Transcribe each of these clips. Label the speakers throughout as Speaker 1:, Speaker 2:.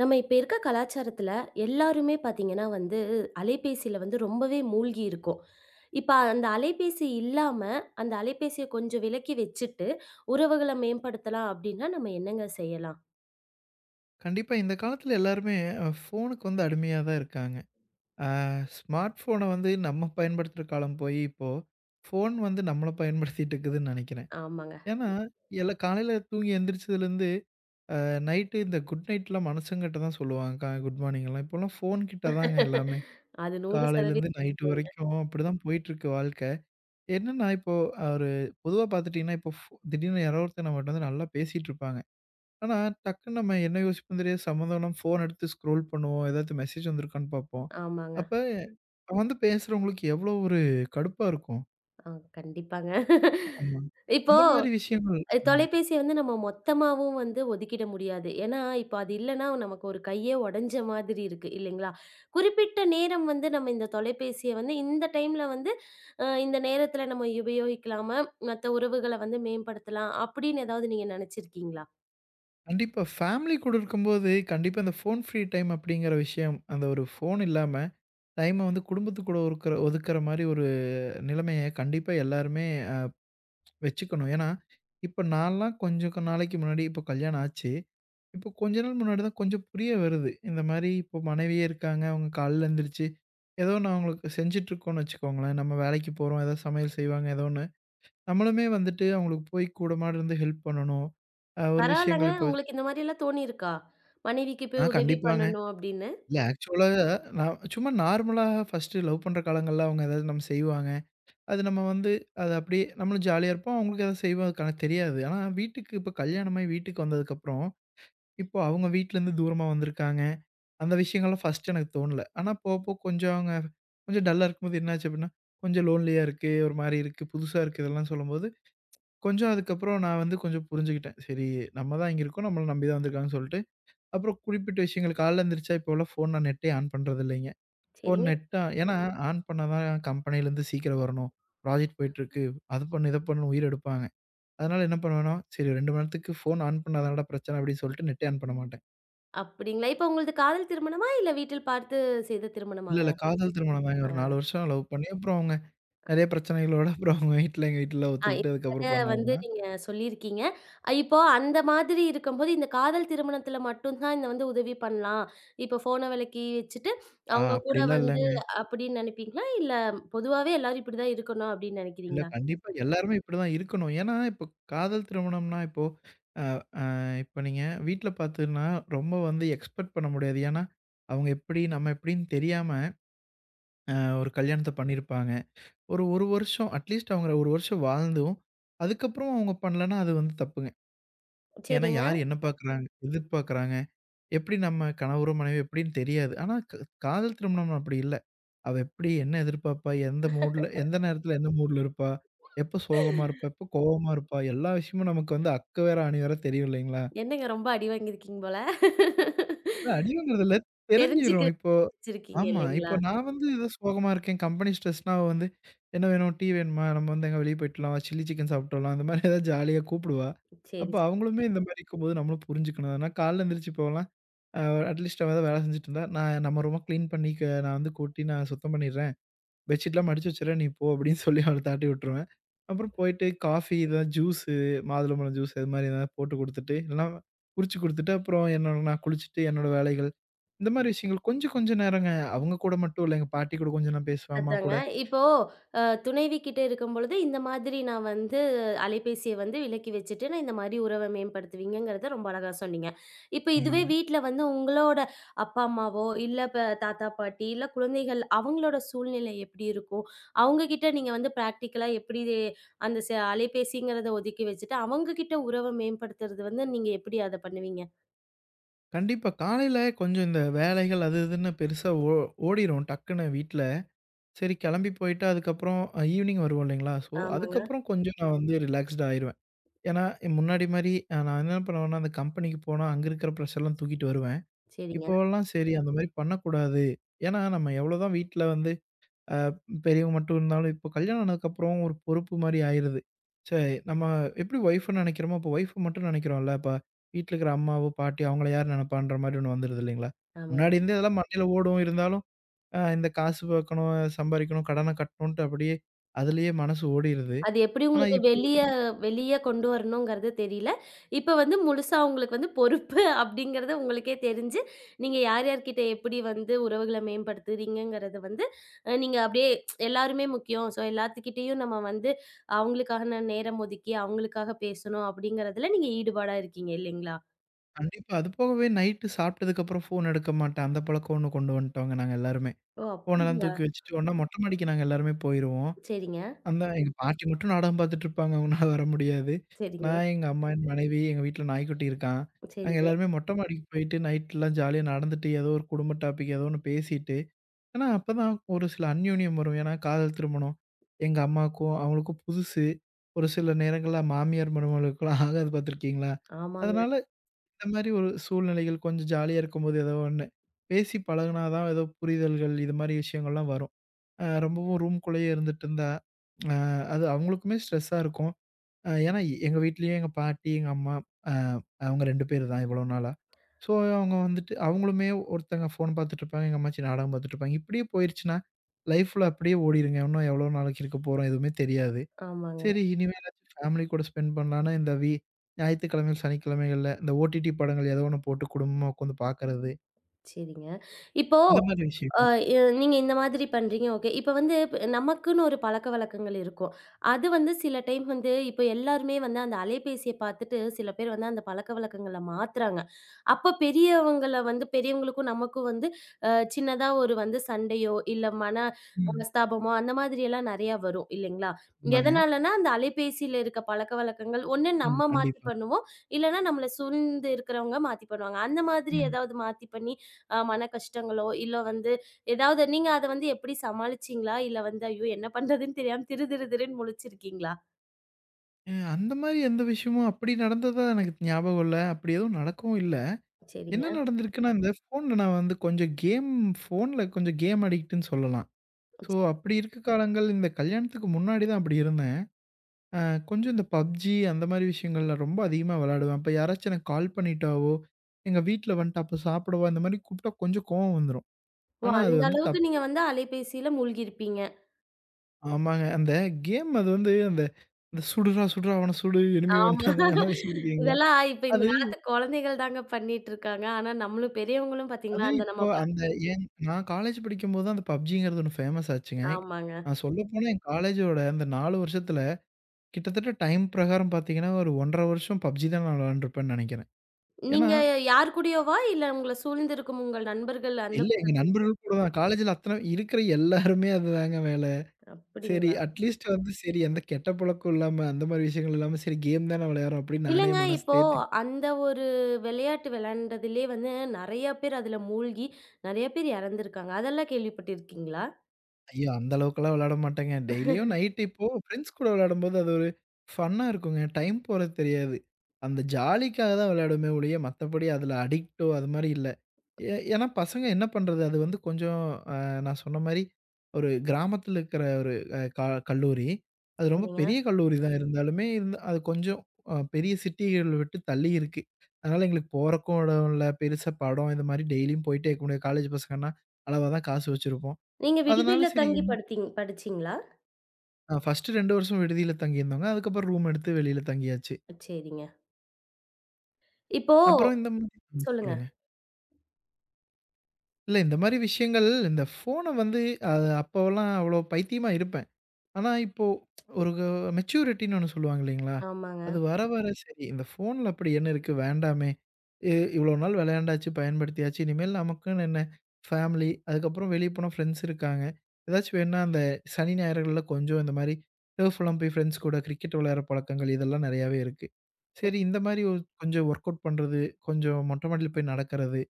Speaker 1: நம்ம இப்ப இருக்க கலாச்சாரத்துல எல்லாருமே பார்த்தீங்கன்னா அலைபேசியில ரொம்பவே மூழ்கி இருக்கோம். இப்ப அந்த அலைபேசி இல்லாம, அந்த அலைபேசிய கொஞ்சம் விலக்கி வச்சுட்டு, உறவுகள மேம்படுத்தலாம் அப்டின்னா, நம்ம என்னங்க செய்யலாம்?
Speaker 2: கண்டிப்பா இந்த காலத்துல எல்லாருமே ஃபோனுக்கு வந்து அடிமையா தான் இருக்காங்க. அ ஸ்மார்ட் ஃபோன வந்து நம்ம பயன்படுத்துற காலம் போய், இப்போ ஃபோன் வந்து நம்மள பயன்படுத்திட்டு இருக்குதுன்னு நெனைக்கிறேன்.
Speaker 1: ஆமாங்க.
Speaker 2: ஏன்னா, எல்லா காலையில தூங்கி எந்திரிச்சதுலேருந்து, நைட்டு இந்த குட் நைட்லாம் மனுஷங்கிட்ட தான் சொல்லுவாங்க. குட் மார்னிங்லாம். இப்போலாம் ஃபோன் கிட்ட தாங்க எல்லாமே.
Speaker 1: அது
Speaker 2: காலையிலேருந்து
Speaker 1: 100%.
Speaker 2: நைட் வரைக்கும் அப்படிதான் போயிட்டுருக்கு வாழ்க்கை. என்னன்னா இப்போ ஒரு பொதுவா பார்த்துட்டீங்கன்னா, இப்போ திடீர்னு யாரோ ஒருத்தர் நம்மட்ட வந்து நல்லா பேசிட்டு இருப்பாங்க. ஆனா, டக்குன்னு நம்ம என்ன யோசிப்போம் தெரியாது. சம்மந்தம் இல்லாம ஃபோன் எடுத்து ஸ்க்ரோல் பண்ணுவோம். ஏதாவது மெசேஜ் வந்திருக்கான்னு பார்ப்போம்.
Speaker 1: ஆமாங்க.
Speaker 2: அப்ப வந்து பேசுறவங்களுக்கு எவ்வளோ ஒரு கடுப்பா இருக்கும்.
Speaker 1: ஆ, கண்டிப்பாங்க.
Speaker 2: ஆமா.
Speaker 1: இப்போ
Speaker 2: அந்த மாரி விஷயங்கள். ஆமா.
Speaker 1: தொலைபேசிய நம்ம மொத்தமாவும் ஒதுக்கிட முடியாது. ஏன்னா, இப்ப அது இல்லன்னா நமக்கு ஒரு கையே உடைஞ்ச மாதிரி இருக்கு இல்லைங்களா? குறிப்பிட்ட நேரம் நம்ம இந்த தொலைபேசிய இந்த டைம்ல வந்து அ இந்த நேரத்துல நம்ம உபயோகிக்கலாம, மத்த உறவுகள மேம்படுத்தலாம் அப்படின்னு ஏதாவது நீங்க நினைச்சிருக்கீங்களா?
Speaker 2: கண்டிப்பா. ஃபேமிலி கூட இருக்கும்போது, கண்டிப்பா இந்த ஃபோன் ஃப்ரீ டைம் அப்படிங்கிற விஷயம், அந்த ஒரு ஃபோன் இல்லாம டைம வந்து குடும்பத்து கூட ஒருக்குற ஒதுக்குற மாரி ஒரு நிலைமைய கண்டிப்பா எல்லாருமே வச்சுக்கணும். ஏன்னா, இப்ப நான்லாம் கொஞ்சம் நாளைக்கு முன்னாடி இப்போ கல்யாணம் ஆச்சு. இப்போ கொஞ்ச நாள் முன்னாடி தான் கொஞ்சம் புரிய வருது. இந்த மாரி இப்போ மனைவியே இருக்காங்க. அவங்க காலைல எந்திரிச்சு, ஏதோ நான் அவங்களுக்கு செஞ்சுட்டுருக்கோம்னு வச்சுக்கோங்களேன். நம்ம வேலைக்கு போறோம். ஏதோ சமையல் செய்வாங்க, ஏதோ ஒண்ணு. நம்மளுமே வந்துட்டு அவங்களுக்கு போய் கூடமாட இருந்து ஹெல்ப் பண்ணணும். ஒரு
Speaker 1: பரவால்லங்க.
Speaker 2: விஷயங்கள் இப்போ.
Speaker 1: உங்களுக்கு இந்த மாரிலாம் தோணியிருக்கா? மனைவிக்கு
Speaker 2: ஆ
Speaker 1: போய் உதவி
Speaker 2: கண்டிப்பாங்க.
Speaker 1: பண்ணணும் அப்படின்னு.
Speaker 2: இல்ல ஆக்சுவலா நான் சும்மா நார்மலா ஃபர்ஸ்ட்டு லவ் பண்ற காலங்கள்ல அவங்க ஏதாவது நம்ம செய்வாங்க. அது நம்ம வந்து அது அப்படியே நம்மளும் ஜாலியா இருப்போம். அவங்களுக்கு அத செய்வோம். அது கணக்கு தெரியாது. ஆனா வீட்டுக்கு இப்ப கல்யாணமாயி வீட்டுக்கு வந்ததுக்கப்புறம், இப்போ அவங்க வீட்லருந்து தூரமா வந்திருக்காங்க. அந்த விஷயங்கள்லாம் ஃபர்ஸ்ட்டு எனக்கு தோணல. ஆனா போக, போக கொஞ்சம் அவங்க கொஞ்சம் டல்லா இருக்கும்போது என்னாச்சு அப்படின்னா, கொஞ்சம் லோன்லியா இருக்கு. ஒரு மாரி இருக்கு. புதுசா இருக்கு இதெல்லாம் சொல்லும்போது, கொஞ்சம் அதுக்கப்புறம் நான் வந்து கொஞ்சம் புரிஞ்சுக்கிட்டேன். சரி, நம்ம தான் இங்க இருக்கோம். நம்மள நம்பி தான் வந்திருக்காங்கன்னு சொல்லிட்டு, அப்புறம் குறிப்பிட்ட விஷயங்கள் காலைல எந்திரிச்சா இப்போலாம் ஃபோன் நான் நெட்டே ஆன் பண்றதில்லைங்க. ஒரு
Speaker 1: சரிங்க.
Speaker 2: நெட்டா ஏன்னா, ஆன் பண்ணா தான் கம்பெனிலேருந்து சீக்கிரம் வரணும். ப்ராஜெக்ட் போயிட்டுருக்கு. அது பண்ணு, இத பண்ணுன்னு உயிர் எடுப்பாங்க. அதனால என்ன பண்ணுவேன்னா, சரி 2 மணி நேரத்துக்கு ஃபோன் ஆன் பண்ணா தானடா பிரச்சனை அப்படின்னு சொல்லிட்டு நெட்டே ஆன் பண்ண மாட்டேன்.
Speaker 1: அப்படிங்களா? இப்ப உங்களது காதல் திருமணமா? இல்ல வீட்டில் பார்த்து செய்த
Speaker 2: இல்ல,
Speaker 1: திருமணமாங்க?
Speaker 2: இல்ல காதல் திருமணம் தாங்க. ஒரு 4 வருஷம் லவ் பண்ணி, அப்புறம் அவங்க நெறைய பிரச்சனைகளோட அப்புறம் அவங்க வீட்ல எங்க வீட்லலாம்
Speaker 1: ஆ,
Speaker 2: ஒத்துக்கிட்டு
Speaker 1: கத
Speaker 2: அதுக்கப்புறம் பண்ணது தான்.
Speaker 1: நீங்க சொல்லியிருக்கீங்க. இப்போ அந்த மாதிரி இருக்கும்போது, இந்த காதல் திருமணத்தில மட்டும் தான் இந்த உதவி பண்ணலாம். இப்போ ஃபோன விலக்கி வச்சுட்டு,
Speaker 2: ஆ
Speaker 1: அவங்க கூட
Speaker 2: அப்படிலாம் இல்லங்க.
Speaker 1: அப்படின்னு நினைப்பீங்களா? இல்ல பொதுவாவே எல்லாரும் இப்படிதான் இருக்கணும் அப்படின்னு
Speaker 2: இல்ல
Speaker 1: நினைக்கிறீங்களா?
Speaker 2: கண்டிப்பா எல்லாருமே இப்படிதான் இருக்கணும். ஏன்னா, இப்போ காதல் திருமணம்னா இப்போ அ அ இப்போ நீங்க வீட்ல பார்த்தீங்கன்னா, ரொம்ப வந்து எக்ஸ்பெக்ட் பண்ண முடியாது. ஏன்னா, அவங்க எப்படி நம்ம எப்படின்னு தெரியாம அ ஒரு கல்யாணத்த பண்ணியிருப்பாங்க. ஒரு 1 வருஷம் அட்லீஸ்ட் அவங்க 1 வருஷம் வாழ்ந்தும், அதுக்கப்புறம் அவங்க பண்ணலன்னா அது வந்து தப்புங்க. ஏன்னா
Speaker 1: சரிங்க.
Speaker 2: யார் என்ன பார்க்குறாங்க? எதிர்பார்க்குறாங்க? எப்படி நம்ம கணவரோ, மனைவியோ எப்படின்னு தெரியாது. ஆனா காதல் திருமணம் அப்படி இல்ல. அவ எப்படி என்ன எதிர்பார்ப்பா? எந்த மூட்ல எந்த நேரத்தில எந்த மூட்ல இருப்பா? எப்ப சோகமா இருப்பா? எப்ப கோவமா இருப்பா? எல்லா விஷயமும் நமக்கு வந்து அக்க வேற, அணி வேற தெரியும் இல்லைங்களா?
Speaker 1: என்னங்க ரொம்ப அடி வாங்கியிருக்கீங்க போல.
Speaker 2: அதான் அடி வாங்குறதில்ல
Speaker 1: தெரிஞ்சுக்க
Speaker 2: தெரிஞ்சிரும். இப்போ
Speaker 1: வச்சிருக்கீங்க
Speaker 2: ஆமா.
Speaker 1: இல்லைங்களா?
Speaker 2: இப்ப நான் வந்து ஏதோ சோகமா இருக்கேன். கம்பெனி ஸ்ட்ரெஸ்னா அவ வந்து, "என்ன வேணும்? டீ வேணுமா? நம்ம வந்து எங்க வெளிய போயிட்டுலாம். சில்லி சிக்கன் சாப்பிட்டு வரலாம்." இந்த மாரி ஏதாவது ஜாலியா கூப்பிடுவா. அப்ப
Speaker 1: சரி.
Speaker 2: அவங்களுமே இந்த மாரி இருக்கும்போது நம்மளும் புரிஞ்சுக்கணும். ஏன்னா காலைல எந்திரிச்சு இப்போலாம் அ அட்லீஸ்ட் அவ ஏதாவது வேலை செஞ்சுட்டு இருந்தா, "நான் நம்ம ரூம கிளீன் பண்ணி நான் வந்து கூட்டி நான் சுத்தம் பண்ணிடுறேன்." பெட்ஷீட்லாம் மடிச்சு வச்சுடுறேன் நீ போ அப்படின்னு சொல்லி அவள தாட்டி விட்டுருவேன். அப்புறம் போயிட்டு காஃபி ஏதாவது ஜூஸு, மாதுளம்பழம் ஜூஸ் அது மாரி ஏதாவது போட்டு குடுத்துட்டு, இல்லன்னா குறிச்சு குடுத்துட்டு அப்புறம் என்னோட நான் குளிச்சுட்டு என்னோட வேலைகள். இந்த மாரி விஷயங்கள் கொஞ்சம் கொஞ்சம் நேரங்க. அவங்க கூட மட்டும் இல்ல. எங்க பாட்டி கூட கொஞ்சம் நான் பேசுவேன், அம்மா
Speaker 1: அதாங்க.
Speaker 2: கூட.
Speaker 1: இப்போ துணைவி கிட்ட இருக்கும்பொழுது, இந்த மாதிரி நான் அலைபேசிய விலக்கி வச்சுட்டு, நான் இந்த மாரி உறவ மேம்படுத்துவீங்கங்கிறத ரொம்ப அழகா சொன்னீங்க. இப்ப இதுவே
Speaker 2: ஆமாங்க.
Speaker 1: வீட்ல உங்களோட அப்பா, அம்மாவோ, இல்ல இப்ப தாத்தா, பாட்டி, இல்ல குழந்தைகள் அவங்களோட சூழ்நிலை எப்படி இருக்கும்? அவங்க கிட்ட நீங்க பிராக்டிகலா எப்படி அந்த அலைபேசிங்கிறத ஒதுக்கி வச்சுட்டு, அவங்க கிட்ட உறவ மேம்படுத்துறது நீங்க எப்படி அத பண்ணுவீங்க?
Speaker 2: கண்டிப்பா காலையில கொஞ்சம் இந்த வேலைகள் அது இதுன்னு பெருசா ஓடிரும் டக்குன்னு வீட்ல. சரி கிளம்பி போயிட்டு அதுக்கப்புறம் ஈவினிங் வருவோம் இல்லைங்களா? ஸோ
Speaker 1: ஆமாங்க.
Speaker 2: அதுக்கப்புறம் கொஞ்சம் நான் வந்து ரிலாக்ஸ்ட் ஆயிருவேன். ஏன்னா, முன்னாடி மாரி நான் என்ன பண்ணுவேன்னா, அந்த கம்பெனிக்கு போனா அங்க இருக்கிற ப்ரெஷர்லாம் தூக்கிட்டு வருவேன்.
Speaker 1: சரிங்க.
Speaker 2: இப்போவெல்லாம் சரி அந்த மாரி பண்ணக்கூடாது. ஏன்னா, நம்ம எவ்வளோதான் வீட்ல வந்து அ பெரியவங்க மட்டும் இருந்தாலும், இப்போ கல்யாணம் ஆனதுக்கப்புறம் ஒரு பொறுப்பு மாரி ஆயிருது. சரி நம்ம எப்படி ஒய்ஃப்ன்னு நெனைக்கிறோமோ, அப்போ ஒய்ஃப மட்டும் நெனைக்கிறோம்ல. அப்ப வீட்ல இருக்கிற அம்மாவோ, பாட்டியோ அவங்கள யார் நெனைப்பான்ற மாரி ஒண்ணு வந்துருது இல்லைங்களா?
Speaker 1: ஆமா.
Speaker 2: முன்னாடி இருந்தே அதெல்லாம் மண்டையில ஓடும். இருந்தாலும் இந்த காசு பாக்கணும், சம்பாரிக்கணும், கடன கட்டணுன்ட்டு அப்படியே அதிலேயே மனசு ஓடிருது.
Speaker 1: அது எப்படி
Speaker 2: ஆனா
Speaker 1: உங்களுக்கு வெளிய வெளிய கொண்டு வரணுங்கிறது தெரியல. இப்ப முழுசா உங்களுக்கு பொறுப்பு அப்படிங்கிறது உங்களுக்கே தெரிஞ்சு, நீங்க யார் யார்கிட்ட எப்படி உறவுகள மேம்படுத்துறீங்கங்கிறது வந்து, அ நீங்க அப்படியே எல்லாருமே முக்கியம். ஸோ எல்லாத்துக்கிட்டயும் நம்ம அவங்களுக்கான நேரம் ஒதுக்கி, அவங்களுக்காக பேசணும் அப்படிங்கிறதுல நீங்க ஈடுபாடா இருக்கீங்க இல்லைங்களா?
Speaker 2: கண்டிப்பா. அது போகவே நைட்டு சாப்பிட்டதுக்கப்புறம் ஃபோன் எடுக்க மாட்டேன். அந்த பழக்கம் ஒண்ணு கொண்டு வந்துட்டோங்க நாங்க எல்லாருமே.
Speaker 1: ஓ!
Speaker 2: ஃபோனெல்லாம்
Speaker 1: அப்படிங்களா?
Speaker 2: தூக்கி வச்சுட்டு ஒண்ணா மொட்டை மாடிக்கு நாங்க எல்லாருமே போயிருவோம்.
Speaker 1: சரிங்க,
Speaker 2: அந்த எங்க பாட்டி மட்டும் நாடகம் பார்த்துட்டு இருப்பாங்க. அவங்கனால வர முடியாது.
Speaker 1: சரிங்க,
Speaker 2: நான், எங்க அம்மா, என் மனைவி, எங்க வீட்ல நாய்க்குட்டி இருக்கான். நாங்க
Speaker 1: சரிங்க.
Speaker 2: எல்லாருமே மொட்டை மாடிக்கு போயிட்டு நைட்லாம் ஜாலியா நடந்துட்டு ஏதோ ஒரு குடும்ப டாபிக் ஏதோ ஒண்ணு பேசிட்டு, ஏன்னா அப்பதான் ஒரு சில அந்யோன்யம் வரும். ஏன்னா காதல் திருமணம். எங்க அம்மாவுக்கும் அவங்களுக்கும் புதுசு. ஒரு சில நேரங்கள்ல மாமியார் மருமகளுக்குலாம் ஆகாது பார்த்துருக்கீங்களா?
Speaker 1: ஆமாங்க,
Speaker 2: அதனால இந்த மாரி ஒரு சூழ்நிலைகள் கொஞ்சம் ஜாலியா இருக்கும்போது ஏதோ ஒண்ணு. பேசி பழகுனா தான் ஏதோ புரிதல்கள் இது மாரி விஷயங்கள்லாம் வரும். ரொம்பவும் ரூம்குள்ளேயே இருந்துட்டு இருந்தா, அ அது அவங்களுக்குமே ஸ்ட்ரெஸ்ஸா இருக்கும். ஏன்னா எங்க வீட்லயும் எங்க பாட்டி, எங்க அம்மா அ அவங்க 2 பேர் தான் இவ்வளோ நாளா. ஸோ அவங்க வந்துட்டு அவங்களுமே ஒருத்தங்க ஃபோன் பார்த்துட்டு இருப்பாங்க, எங்க அம்மாச்சி நாடகம் பார்த்துட்டு இருப்பாங்க. இப்படியே போயிருச்சுன்னா, லைஃப்ல அப்படியே ஓடிருங்க. இன்னும் எவ்வளோ நாளைக்கு இருக்க போறோம்? எதுவுமே தெரியாது.
Speaker 1: ஆமாங்க.
Speaker 2: சரி, இனிமேலாச்சும் ஃபேமிலி கூட ஸ்பெண்ட் பண்ணலான்னா, இந்த ஞாயித்துக்கிழமை, சனிக்கிழமைகள்ல இந்த ஓடிடி படங்கள் ஏதோ ஒண்ணு போட்டு குடும்பமா உட்காந்து பார்க்கறது.
Speaker 1: சரிங்க. இப்போ
Speaker 2: இந்த மாரி
Speaker 1: அ
Speaker 2: விஷயங்கள்.
Speaker 1: எ நீங்க இந்த மாதிரி பண்றீங்க ஓகே. இப்ப வந்து ப் நமக்குன்னு ஒரு பழக்கவழக்கங்கள் இருக்கும். அது சில டைம் இப்ப எல்லாருமே அந்த அலைபேசிய பார்த்துட்டு சில பேர் அந்த பழக்கவழக்கங்கள மாத்துறாங்க. அப்ப பெரியவங்கள பெரியவங்களுக்கும் நமக்கும் வந்து அ சின்னதா ஒரு சண்டையோ, இல்ல
Speaker 2: ம்.
Speaker 1: மனஸ்தாபமோ அந்த மாதிரியெல்லாம் நெறையா வரும் இல்லைங்களா?
Speaker 2: ஆமாங்க.
Speaker 1: எதனாலன்னா அந்த அலைபேசியில இருக்க பழக்கவழக்கங்கள் ஒண்ணு
Speaker 2: ம்.
Speaker 1: நம்ம மாத்தி
Speaker 2: கண்டிப்பா.
Speaker 1: பண்ணுவோம். இல்லன்னா நம்மள சூழ்ந்து இருக்கிறவங்க மாத்தி பண்ணுவாங்க. அந்த மாதிரி
Speaker 2: ம்.
Speaker 1: ஏதாவது மாத்தி பண்ணி மன கஷ்டங்களோ, இல்ல ஏதாவது நீங்க அத எப்படி சமாளிச்சீங்களா? இல்ல ஐயோ! என்ன பண்றதுன்னு தெரியாம திரு திரு திருன்னு முழிச்சிருக்கீங்களா?
Speaker 2: அந்த மாரி எந்த விஷயமும் அப்படி நடந்ததா எனக்கு ஞாபகம் இல்ல. அப்படி எதுவும் நடக்கவும் இல்ல.
Speaker 1: சரிங்க.
Speaker 2: என்ன நடந்திருக்குன்னா, இந்த ஃபோன்ல நான் வந்து கொஞ்சம் கேம் ஃபோன்ல கொஞ்சம் கேம் அடிக்ட்டுன்னு சொல்லலாம். ஸோ
Speaker 1: சரி.
Speaker 2: அப்படி இருக்க காலங்கள் இந்த கல்யாணத்துக்கு முன்னாடி தான் அப்படி இருந்தேன். அ கொஞ்சம் இந்த பப்ஜி அந்த மாரி விஷயங்கள்ல ரொம்ப அதிகமா விளையாடுவேன். அப்ப யாராச்சும் எனக்கு கால் பண்ணிட்டாவோ, எங்க வீட்ல வந்துட்டு அப்ப சாப்பிடவா இந்த மாரி கூப்பிட்டா கொஞ்சம் கோவம் வந்துரும்.
Speaker 1: ஓ!
Speaker 2: ஆனா அது
Speaker 1: அந்த
Speaker 2: வந்து
Speaker 1: அளவுக்கு நீங்க அலைபேசியில மூழ்கியிருப்பீங்க.
Speaker 2: ஆமாங்க. அந்த கேம் அது வந்து அந்த இந்த சுடுறா சுடுறா அவன சுடு எனிமி
Speaker 1: ஆமா.
Speaker 2: வந்துட்டான் அந்த மாரிலாம் விஷயம் இருக்குங்களா?
Speaker 1: இதெல்லாம் இப்ப இந்த
Speaker 2: அது
Speaker 1: காலத்து குழந்தைகள் தாங்க பண்ணிட்டு இருக்காங்க. ஆனா நம்மளும் பெரியவங்களும்
Speaker 2: அது
Speaker 1: பார்த்தீங்களா, அந்த
Speaker 2: இப்போ
Speaker 1: நம்ம
Speaker 2: அந்த ஏன் நான் காலேஜ் படிக்கும்போது தான் அந்த பப்ஜிங்கிறது ஒண்ணு ஃபேமஸ் ஆச்சுங்க.
Speaker 1: ஆமாங்க.
Speaker 2: நான் சொல்லப்போனா என் காலேஜோட அந்த 4 வருஷத்துல கிட்டத்தட்ட டைம் பிரகாரம் பார்த்தீங்கன்னா, ஒரு 1 1/2 வருஷம் பப்ஜி தான் நான் விளையாண்டுருப்பேன்னு நெனைக்கிறேன். ஏன்னா
Speaker 1: நீங்க யார் கூடயோவா? இல்ல உங்கள சூழ்ந்திருக்கும் உங்கள் நண்பர்கள் அந்த
Speaker 2: இல்ல எங்க
Speaker 1: கூட்டத்தில
Speaker 2: நண்பர்கள் கூட தான். காலேஜ்ல அத்தன இருக்கிற எல்லாருமே அதுதாங்க வேல. சரி
Speaker 1: அப்படிங்களா?
Speaker 2: அட்லீஸ்ட் வந்து சரி எந்த கெட்ட பழக்கம் இல்லாம, அந்த மாரி விஷயங்கள் இல்லாம, சரி கேம் தானே விளையாடுறோம் அப்படின்னு நானே
Speaker 1: இல்லங்க
Speaker 2: மனசு
Speaker 1: இப்போ
Speaker 2: தேத்தி,
Speaker 1: அந்த ஒரு விளையாட்டு விளையாண்டதிலே நெறைய பேர் அதுல மூழ்கி, நெறைய பேர் இறந்திருக்காங்க. அதெல்லாம் கேள்விப்பட்டிருக்கீங்களா?
Speaker 2: ஐயோ! அந்த அளவுக்கெல்லாம் விளையாட மாட்டேங்க. டெய்லியும் நைட் இப்போ ஃப்ரெண்ட்ஸ் கூட விளையாடும்போது அது ஒரு ஃபன்னா இருக்குங்க. டைம் போறது தெரியாது. அந்த ஜாலிக்காக தான் விளையாடுமே ஒழிய, மத்தபடி அதில அடிக்ட்டோ அது மாரி இல்ல. ஏன்னா பசங்க என்ன பண்றது? அது வந்து கொஞ்சம் அ நான் சொன்ன மாரி ஒரு கிராமத்தில இருக்கிற ஒரு அ க கல்லூரி. அது ரொம்ப
Speaker 1: சரிங்க.
Speaker 2: பெரிய கல்லூரி தான் இருந்தாலுமே, அது கொஞ்சம் பெரிய சிட்டிகள் விட்டு தள்ளி இருக்கு. அதனால எங்களுக்கு போறக்கும் இடம் இல்ல. பெருசா படம் இந்த மாரி டெய்லியும் போயிட்டே இருக்க முடியாது. காலேஜ் பசங்கன்னா அளவா தான் காசு வச்சிருப்போம்.
Speaker 1: நீங்க
Speaker 2: அதனால
Speaker 1: விடுதியில
Speaker 2: சரி
Speaker 1: தங்கி படிச்சீங்களா?
Speaker 2: ஃபர்ஸ்ட்டு 2 வருஷம் விடுதியில தங்கியிருந்தோங்க. அதுக்கப்புறம் ரூம் எடுத்து வெளியில தங்கியாச்சு.
Speaker 1: சரிங்க. இப்போ
Speaker 2: அப்புறம் இந்த மாரி. ம்
Speaker 1: சொல்லுங்க.
Speaker 2: சொல்லுங்க. இல்ல இந்த மாரி விஷயங்கள் இந்த ஃபோன வந்து அ அப்போலாம் அவ்வளோ பைத்தியமா இருப்பேன். ஆனா, இப்போ ஒரு மெச்சூரிட்டின்னு ஒண்ணு சொல்லுவாங்க இல்லைங்களா?
Speaker 1: ஆமாங்க.
Speaker 2: அது வர வர சரி இந்த ஃபோன்ல அப்படி என்ன இருக்கு வேண்டாமே! இ இவ்வளோ நாள் விளையாண்டாச்சு, பயன்படுத்தியாச்சு. இனிமேல் நமக்குன்னு என்ன ஃபேமிலி, அதுக்கப்புறம் வெளிய போனா ஃப்ரெண்ட்ஸ் இருக்காங்க. ஏதாச்சும் வேணுனா அந்த சனி, ஞாயிறுகள்ல கொஞ்சம் இந்த மாரி டர்ஃப்லாம் போய் ஃப்ரெண்ட்ஸ் கூட கிரிக்கெட் விளையாடுற பழக்கங்கள் இதெல்லாம் நெறையாவே இருக்கு. சரி இந்த மாரி கொஞ்சம் ஒர்க் அவுட் பண்றது, கொஞ்சம் மொட்டை மாடியில போய் நடக்கிறது,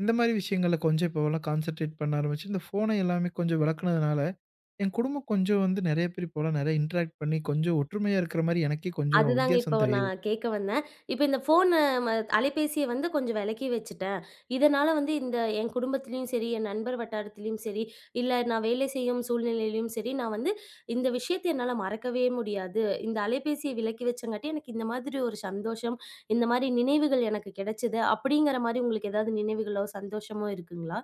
Speaker 2: இந்த மாரி விஷயங்கள்ல கொஞ்சம் இப்போவெல்லாம் கான்சன்ட்ரேட் பண்ண ஆரம்பிச்சு, இந்த ஃபோன எல்லாமே கொஞ்சம் விலக்குனதுனால என் குடும்பம் கொஞ்சம் வந்து நெறைய பேர் இப்போலாம் நெறைய இன்டராக்ட் பண்ணி, கொஞ்சம் ஒற்றுமையா இருக்கிற மாரி எனக்கே கொஞ்சம்
Speaker 1: அதுதாங்க இப்போ
Speaker 2: வித்தியாசம் தெரியுது.
Speaker 1: நான் கேட்க வந்தேன். இப்ப இந்த ஃபோன ம அலைபேசிய கொஞ்சம் விலக்கி வச்சுட்டேன். இதனால இந்த என் குடும்பத்திலயும் சரி, என் நண்பர் வட்டாரத்திலயும் சரி, இல்ல நான் வேலை செய்யும் சூழ்நிலையிலயும் சரி, நான் இந்த விஷயத்த என்னால மறக்கவே முடியாது. இந்த அலைபேசிய விலக்கி வச்சங்காட்டி எனக்கு இந்த மாதிரி ஒரு சந்தோஷம், இந்த மாரி நினைவுகள் எனக்கு கிடைச்சது. அப்படிங்கிற மாரி உங்களுக்கு ஏதாவது நினைவுகளோ, சந்தோஷமோ இருக்குங்களா?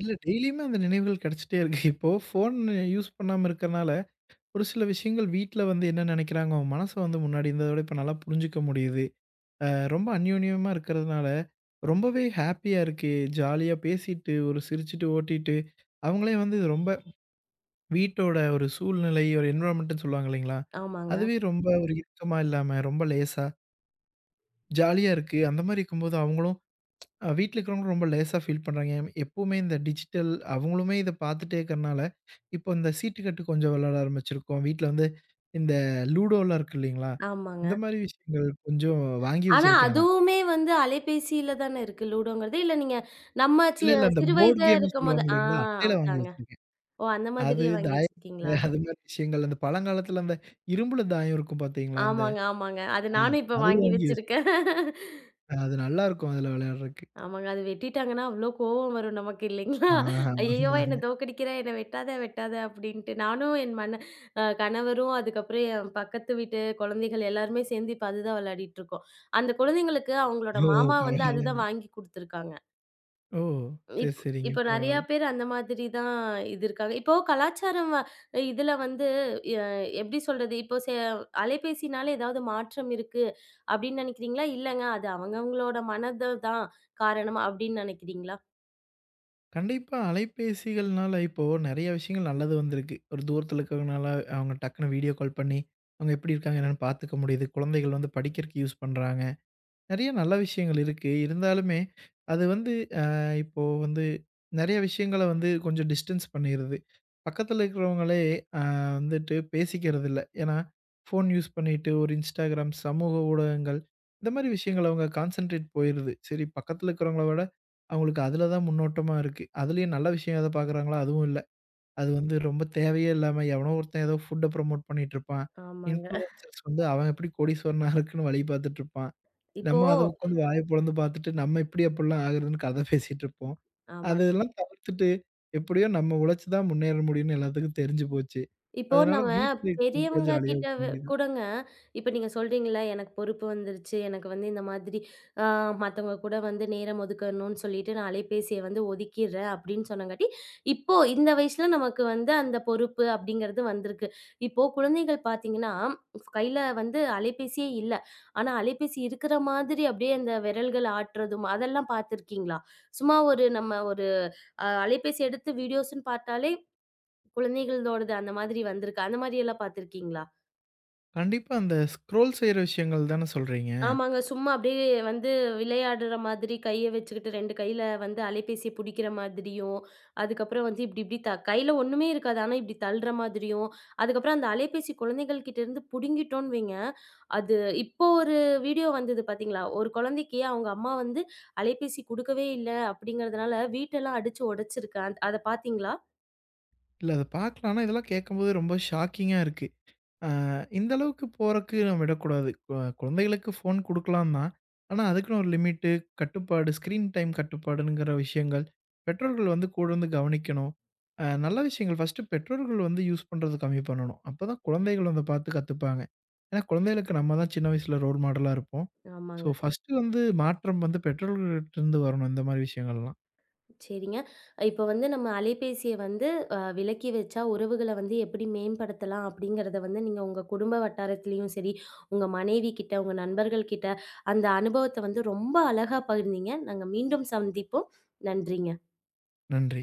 Speaker 2: இல்ல டெய்லியுமே அந்த நினைவுகள் கெடைச்சிட்டே இருக்கு. இப்போ ஃபோன் யூஸ் பண்ணாம இருக்கறனால, ஒரு சில விஷயங்கள் வீட்ல வந்து என்ன நெனைக்கிறாங்க, அவங்க மனச வந்து முன்னாடி இருந்தத விட இப்ப நல்லா புரிஞ்சுக்க முடியுது. அ ரொம்ப அந்யோன்யமா இருக்கிறதுனால, ரொம்பவே ஹேப்பியா இருக்கு. ஜாலியா பேசிட்டு, ஒரு சிரிச்சுட்டு, ஓட்டிட்டு, அவங்களே வந்து இது ரொம்ப வீட்டோட ஒரு சூழ்நிலை, ஒரு என்வைரன்மென்ட்ன்னு சொல்லுவாங்க இல்லைங்களா?
Speaker 1: ஆமாங்க,
Speaker 2: அதுவே ரொம்ப ஒரு இறுக்கமா இல்லாம, ரொம்ப லேசா ஜாலியா இருக்கு. அந்த மாரி இருக்கும்போது அவங்களும் வீட்ல இருக்கிறவங்களும் ரொம்ப லேசா ஃபீல் பண்றாங்க. எப்பவுமே இந்த டிஜிட்டல் அவங்களுமே இத பார்த்துட்டே இருக்கிறனால, இப்போ இந்த சீட்டுக்கட்டு கொஞ்சம் விளையாட ஆரம்பிச்சிருக்கோம். வீட்ல வந்து இந்த லூடோலாம் இருக்கு இல்லைங்களா?
Speaker 1: ஆமாங்க.
Speaker 2: இந்த மாரி விஷயங்கள் கொஞ்சம் வாங்கி
Speaker 1: ஆனா,
Speaker 2: வச்சிருக்கேன் நான்.
Speaker 1: அதுவுமே அலைபேசியில தானே இருக்கு லூடோங்கிறது. இல்ல நீங்க நம்ம சி
Speaker 2: இல்ல, இல்ல அந்த
Speaker 1: சிறு
Speaker 2: போர்ட்
Speaker 1: வயதா
Speaker 2: கேம்ன்னு
Speaker 1: இருக்கும்போது
Speaker 2: சொல்லுவாங்க
Speaker 1: ஆ,
Speaker 2: இல்லைங்களா? அட்டையில வாங்கி
Speaker 1: அதாங்க.
Speaker 2: வச்சிருக்கேன்.
Speaker 1: ஓ! அந்த
Speaker 2: அது
Speaker 1: மாதிரியே வாங்கி
Speaker 2: தாயம்
Speaker 1: வச்சிருக்கீங்களா?
Speaker 2: அது மாரி விஷயங்கள். அந்த பழங்காலத்துல அந்த இரும்புல தாயம் இருக்கும் பார்த்தீங்களா? அந்த
Speaker 1: ஆமாங்க, ஆமாங்க. அது
Speaker 2: அ
Speaker 1: நானும் இப்ப
Speaker 2: அது
Speaker 1: வாங்கி
Speaker 2: வாங்கி
Speaker 1: வச்சிருக்கேன்.
Speaker 2: வச்சிருக்கேன். அது நல்லாருக்கும் அதுல விளையாடுறக்கு.
Speaker 1: ஆமாங்க. அது வெட்டிட்டாங்கன்னா அவ்ளோ கோவம் வரும் நமக்கு இல்லைங்களா?
Speaker 2: ஆஹ,
Speaker 1: "ஐயய்யோ! என்ன
Speaker 2: ஆமாங்க.
Speaker 1: தோற்கடிக்கிற, என்ன வெட்டாத, வெட்டாத" அப்படின்ட்டு. நானும் என் மன அ கணவரும், அதுக்கப்புறம் என் பக்கத்து வீட்டு குழந்தைகள் எல்லாருமே சேர்ந்து இப்ப அதுதான் விளையாடிட்டு இருக்கோம். அந்த குழந்தைங்களுக்கு அவங்களோட
Speaker 2: ஓ!
Speaker 1: மாமா அதுதான்
Speaker 2: பரவாயில்லங்க.
Speaker 1: வாங்கி குடுத்துருக்காங்க.
Speaker 2: ஓ! சரி,
Speaker 1: இப்
Speaker 2: சரிங்க.
Speaker 1: இப்போ நெறையா
Speaker 2: பரவால்ல.
Speaker 1: பேர் அந்த மாதிரி தான் இது இருக்காங்க. இப்போ கலாச்சாரம் இதுல வந்து எ எப்படி சொல்றது? இப்போ அலைபேசினால ஏதாவது மாற்றம் இருக்கு அப்படின்னு நினைக்கிறீங்களா? இல்லங்க அது அவங்கவங்களோட மனது தான் காரணம் அப்படின்னு நினைக்கிறீங்களா?
Speaker 2: கண்டிப்பா அலைபேசிகள்னால இப்போ நெறைய விஷயங்கள் நல்லது வந்திருக்கு. ஒரு தூரத்துல இருக்கிறவங்கனால அவங்க டக்குனு வீடியோ கால் பண்ணி, அவங்க எப்படி இருக்காங்க என்னன்னு பார்த்துக்க முடியுது. குழந்தைகள் வந்து படிக்கிறதுக்கு யூஸ் பண்றாங்க. நெறைய நல்ல விஷயங்கள் இருக்கு. இருந்தாலுமே, அது வந்து அ இப்போ வந்து நெறைய விஷயங்கள வந்து கொஞ்சம் டிஸ்டன்ஸ் பண்ணிருது. பக்கத்துல இருக்கிறவங்களே அ வந்துட்டு பேசிக்கிறதில்ல. ஏன்னா, ஃபோன் யூஸ் பண்ணிட்டு ஒரு Instagram, சமூக ஊடகங்கள் இந்த மாரி விஷயங்கள் அவங்க கான்சன்ட்ரேட் போயிருது. சரி பக்கத்துல இருக்கிறவங்கள விட அவங்களுக்கு அதுல தான் முன்னோட்டமா இருக்கு. அதுலயும் நல்ல விஷயம் எத பார்க்குறாங்களோ அதுவும் இல்ல. அது வந்து ரொம்ப தேவையே இல்லாம எவனோ ஒருத்தன் ஏதோ ஃபுட்ட ப்ரமோட் பண்ணிட்டு இருப்பான்.
Speaker 1: ஆமாங்க.
Speaker 2: இன்ஃப்ளூயன்சர்ஸ் வந்து அவன் எப்படி கோடீஸ்வரனா இருக்குன்னு வழி பார்த்துட்டு இருப்பான்.
Speaker 1: இப்போ
Speaker 2: நம்ம அத உட்காந்து வாய பொளந்து பார்த்துட்டு, நம்ம இப்படி அப்படிலாம் ஆகுறதுன்னு கதை பேசிட்டு இருப்போம்.
Speaker 1: ஆமா.
Speaker 2: அதெல்லாம் தவிர்த்துட்டு, எப்படியோ நம்ம உழைச்சு தான் முன்னேற முடியும்னு எல்லாத்துக்கும் தெரிஞ்சு போச்சு.
Speaker 1: இப்போ
Speaker 2: அதனால
Speaker 1: நம்ம
Speaker 2: வீட்ல இருக்கவங்க கூட
Speaker 1: பெரியவங்க
Speaker 2: ஜாலியா
Speaker 1: கிட்ட
Speaker 2: இருக்க
Speaker 1: வ
Speaker 2: வேண்டியதான்.
Speaker 1: கூடங்க இப்ப நீங்க சொல்றீங்கல்ல, எனக்கு பொறுப்பு வந்துருச்சு. எனக்கு இந்த மாதிரி அ மத்தவங்க கூட நேரம் ஒதுக்கணும்னு சொல்லிட்டு நான் அலைபேசிய ஒதுக்கிர்றேன் அப்படின்னு சொன்னங்காட்டி, இப்போ இந்த வயசுல நமக்கு அந்த பொறுப்பு அப்படிங்கிறது வந்திருக்கு. இப்போ குழந்தைகள் பார்த்தீங்கன்னா, கையில அலைபேசியே இல்ல. ஆனா அலைபேசி இருக்கிற மாதிரி அப்படியே அந்த விரல்கள் ஆட்டுறதும் அதெல்லாம் பார்த்துருக்கீங்களா? சும்மா ஒரு நம்ம ஒரு அலைபேசி எடுத்து வீடியோஸ்ன்னு பார்த்தாலே குழந்தைகளோடது அந்த மாதிரி வந்திருக்கு. அந்த மாதிரி எல்லாம் பார்த்திருக்கீங்களா?
Speaker 2: கண்டிப்பா அந்த ஸ்க்ரோல் செய்ற விஷயங்கள் தான சொல்றீங்க?
Speaker 1: ஆமாங்க. சும்மா அப்படியே விளையாடுற மாதிரி கைய வச்சுக்கிட்டு 2 கையில அலைபேசிய புடிக்கிற மாதிரியும், அதுக்கப்புறம் இப்டி இப்டி கையில ஒண்ணுமே இருக்காது. ஆனா இப்டி தள்ளுற மாதிரியும், அதுக்கப்புறம் அந்த அலைபேசி குழந்தைகள் கிட்ட இருந்து புடுங்கிட்டோம்னு வைங்க, அது இப்போ ஒரு வீடியோ வந்தது பார்த்தீங்களா? ஒரு குழந்தைக்கு அவங்க அம்மா அலைபேசி குடுக்கவே இல்ல அப்படிங்கிறதுனால வீட்டெல்லாம் அடிச்சு உடைச்சிருக்கு. அத பார்த்தீங்களா?
Speaker 2: இல்ல அத பார்க்கலாம். ஆனா இதெல்லாம் கேட்கும்போது ரொம்ப ஷாக்கிங்கா இருக்கு. ஆ இந்த அளவுக்கு போறக்கு நம்ம விடக்கூடாது. குழந்தைகளுக்கு ஃபோன் குடுக்கலாம் தான். ஆனா, அதுக்குன்னு ஒரு லிமிட்டு, கட்டுப்பாடு, ஸ்க்ரீன் டைம் கட்டுப்பாடுங்கிற விஷயங்கள், பெற்றோர்கள் வந்து கூடருந்து கவனிக்கணும். நல்ல விஷயங்கள் ஃபர்ஸ்ட்டு பெற்றோர்கள் வந்து யூஸ் பண்றது கம்மி பண்ணணும். அப்பதான் குழந்தைகள் வந்து பார்த்து கத்துப்பாங்க. ஏன்னா, குழந்தைகளுக்கு நம்ம தான் சின்ன வயசுல ரோல் மாடலா இருப்போம். ஸோ,
Speaker 1: ஆமாங்க.
Speaker 2: ம். ஃபர்ஸ்ட்டு வந்து மாற்றம் வந்து பெற்றோர்கள்ட்டருந்து வரணும் இந்த மாரி விஷயங்கள்லாம்.
Speaker 1: சரிங்க. இப்போ நம்ம அலைபேசிய வந்து அ விலக்கி வச்சா உறவுகள எப்படி மேம்படுத்தலாம் அப்படிங்கிறத நீங்க உங்க குடும்ப வட்டாரத்திலயும் சரி, உங்க மனைவி கிட்ட, உங்க நண்பர்கள் கிட்ட அந்த அனுபவத்த ரொம்ப அழகா பகிர்ந்தீங்க. நாங்க மீண்டும் சந்திப்போம். நன்றிங்க.
Speaker 2: நன்றி.